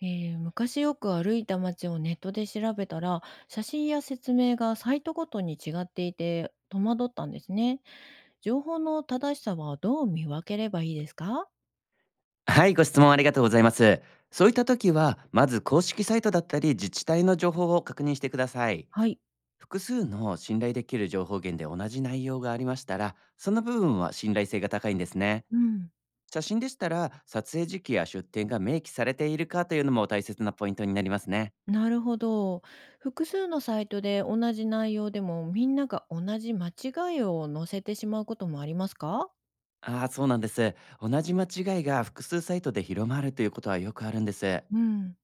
昔よく歩いた街をネットで調べたら、写真や説明がサイトごとに違っていて戸惑ったんですね。情報の正しさはどう見分ければいいですか？はい、ご質問ありがとうございます。そういった時は、まず公式サイトだったり自治体の情報を確認してください。はい。複数の信頼できる情報源で同じ内容がありましたら、その部分は信頼性が高いんですね。うん、写真でしたら、撮影時期や出店が明記されているかというのも大切なポイントになりますね。なるほど。複数のサイトで同じ内容でも、みんなが同じ間違いを載せてしまうこともありますか？ああ、そうなんです。同じ間違いが複数サイトで広まるということはよくあるんです。うん。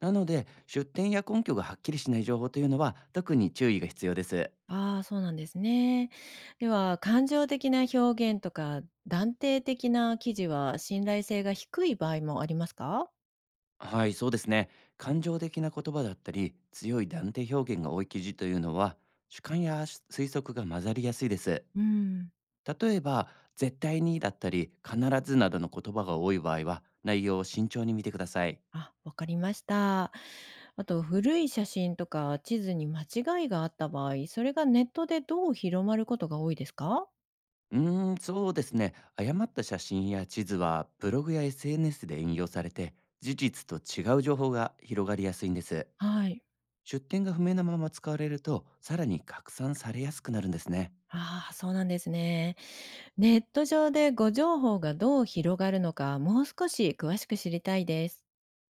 なので、出典や根拠がはっきりしない情報というのは特に注意が必要です。ああ、そうなんですね。では、感情的な表現とか断定的な記事は信頼性が低い場合もありますか？はい、そうですね。感情的な言葉だったり、強い断定表現が多い記事というのは、主観や推測が混ざりやすいです。うん。例えば、絶対にだったり、必ずなどの言葉が多い場合は、内容を慎重に見てください。あ、わかりました。あと、古い写真とか地図に間違いがあった場合、それがネットでどう広まることが多いですか？そうですね。誤った写真や地図は、ブログや SNS で引用されて、事実と違う情報が広がりやすいんです。はい。出典が不明なまま使われると、さらに拡散されやすくなるんですね。ああ、そうなんですね。ネット上でご情報がどう広がるのか、もう少し詳しく知りたいです。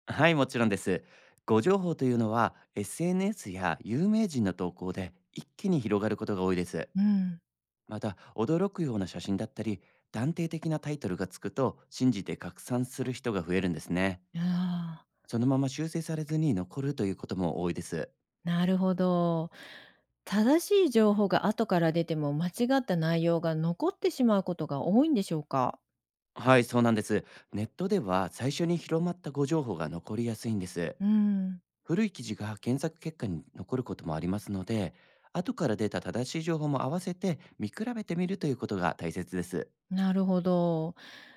はい、もちろんです。誤情報というのは、SNS や有名人の投稿で一気に広がることが多いです。うん。また、驚くような写真だったり、断定的なタイトルがつくと、信じて拡散する人が増えるんですね。ああ、そのまま修正されずに残るということも多いです。なるほど。正しい情報が後から出ても、間違った内容が残ってしまうことが多いんでしょうか？はい、そうなんです。ネットでは最初に広まった誤情報が残りやすいんです。うん。古い記事が検索結果に残ることもありますので、後から出た正しい情報も合わせて見比べてみるということが大切です。なるほど。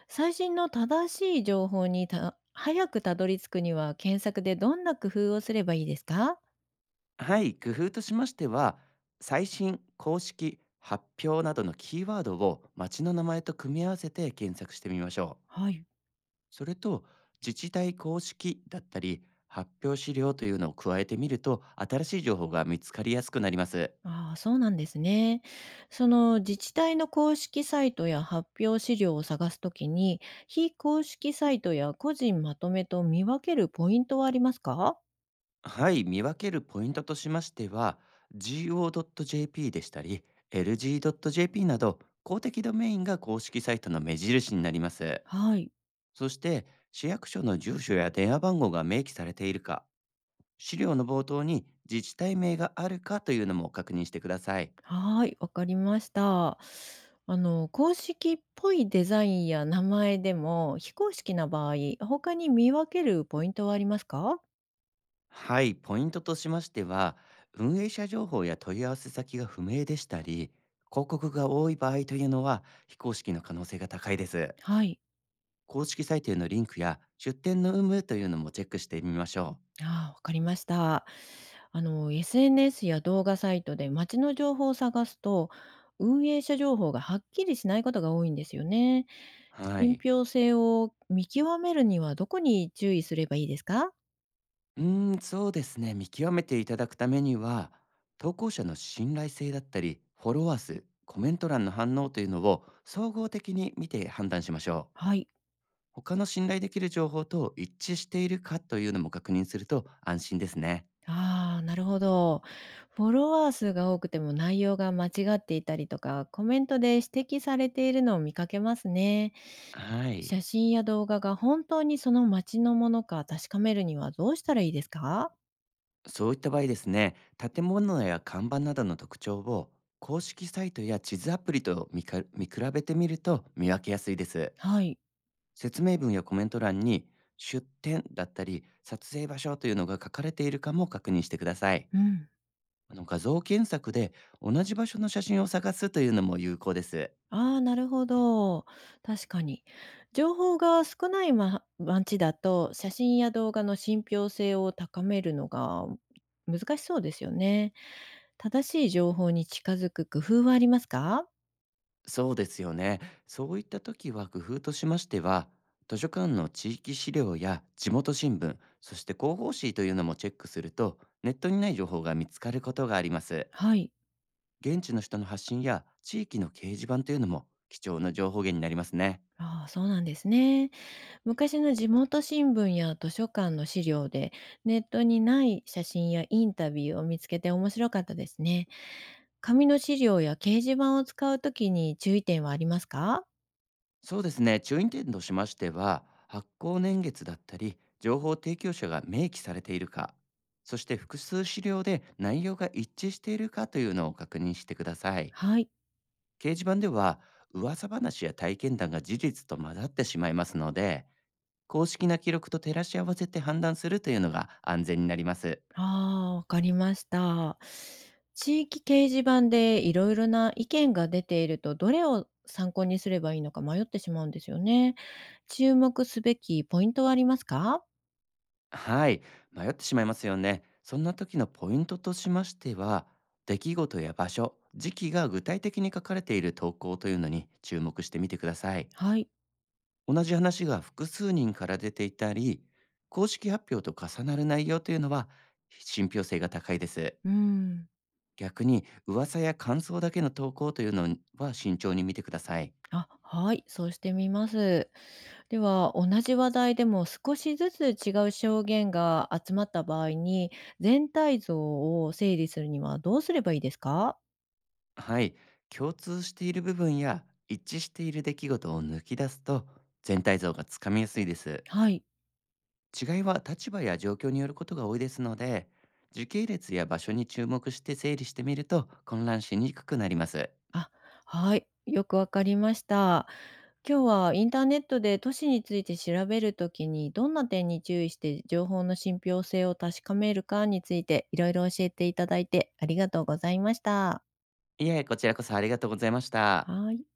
最新の正しい情報にた早くたどり着くには、検索でどんな工夫をすればいいですか？はい、工夫としましては、最新、公式、発表などのキーワードを町の名前と組み合わせて検索してみましょう。はい。それと、自治体公式だったり、発表資料というのを加えてみると、新しい情報が見つかりやすくなります。ああ、そうなんですね。その自治体の公式サイトや発表資料を探すときに、非公式サイトや個人まとめと見分けるポイントはありますか？はい、見分けるポイントとしましては、go.jp でしたり、lg.jp など、公的ドメインが公式サイトの目印になります。はい。そして、市役所の住所や電話番号が明記されているか、資料の冒頭に自治体名があるかというのも確認してください。はーい、わかりました。あの、公式っぽいデザインや名前でも、非公式な場合、他に見分けるポイントはありますか？はい、ポイントとしましては、運営者情報や問い合わせ先が不明でしたり、広告が多い場合というのは、非公式の可能性が高いです。はい。公式サイトへのリンクや出店の有無というのもチェックしてみましょああ、わかりました。あの、SNS や動画サイトで街の情報を探すと、運営者情報がはっきりしないことが多いんですよね。う。は信い。憑性を見極めるにはどこに注意すればいいですか？そうですね。見極めていただくためには、投稿者の信頼性だったり、フォロワー数、コメント欄の反応というのを総合的に見て判断しましょう。はい。他の信頼できる情報と一致しているかというのも確認すると安心ですね。ああ、なるほど。フォロワー数が多くても内容が間違っていたりとか、コメントで指摘されているのを見かけますね。はい。写真や動画が本当にその街のものか確かめるにはどうしたらいいですか？そういった場合ですね、建物や看板などの特徴を公式サイトや地図アプリと見比べてみると見分けやすいです。はい。説明文やコメント欄に出店だったり撮影場所というのが書かれているかも確認してください。うん。あの画像検索で同じ場所の写真を探すというのも有効です。ああ、なるほど。確かに。情報が少ない、ま、街だと、写真や動画の信憑性を高めるのが難しそうですよね。正しい情報に近づく工夫はありますか？そうですよね。そういった時は工夫としましては、図書館の地域資料や地元新聞、そして広報誌というのもチェックすると、ネットにない情報が見つかることがあります。はい。現地の人の発信や地域の掲示板というのも貴重な情報源になりますね。ああ、そうなんですね。昔の地元新聞や図書館の資料で、ネットにない写真やインタビューを見つけて面白かったですね。紙の資料や掲示板を使うときに注意点はありますか？そうですね。注意点としましては、発行年月だったり、情報提供者が明記されているか、そして複数資料で内容が一致しているかというのを確認してください。はい。掲示板では噂話や体験談が事実と混ざってしまいますので公式な記録と照らし合わせて判断するというのが安全になります。ああ、わかりました。地域掲示板でいろいろな意見が出ていると、どれを参考にすればいいのか迷ってしまうんですよね。注目すべきポイントはありますか？はい、迷ってしまいますよね。そんな時のポイントとしましては、出来事や場所時期が具体的に書かれている投稿というのに注目してみてください。はい。同じ話が複数人から出ていたり公式発表と重なる内容というのは信憑性が高いです。うん。逆に噂や感想だけの投稿というのは慎重に見てください。あ、はい。そうしてみます。では、同じ話題でも少しずつ違う証言が集まった場合に、全体像を整理するにはどうすればいいですか？はい、共通している部分や一致している出来事を抜き出すと全体像がつかみやすいです。はい。違いは立場や状況によることが多いですので、時系列や場所に注目して整理してみると混乱しにくくなります。あ、はい。よくわかりました。今日はインターネットで都市について調べるときに、どんな点に注意して情報の信憑性を確かめるかについて、いろいろ教えていただいてありがとうございました。いえ、こちらこそありがとうございました。はい。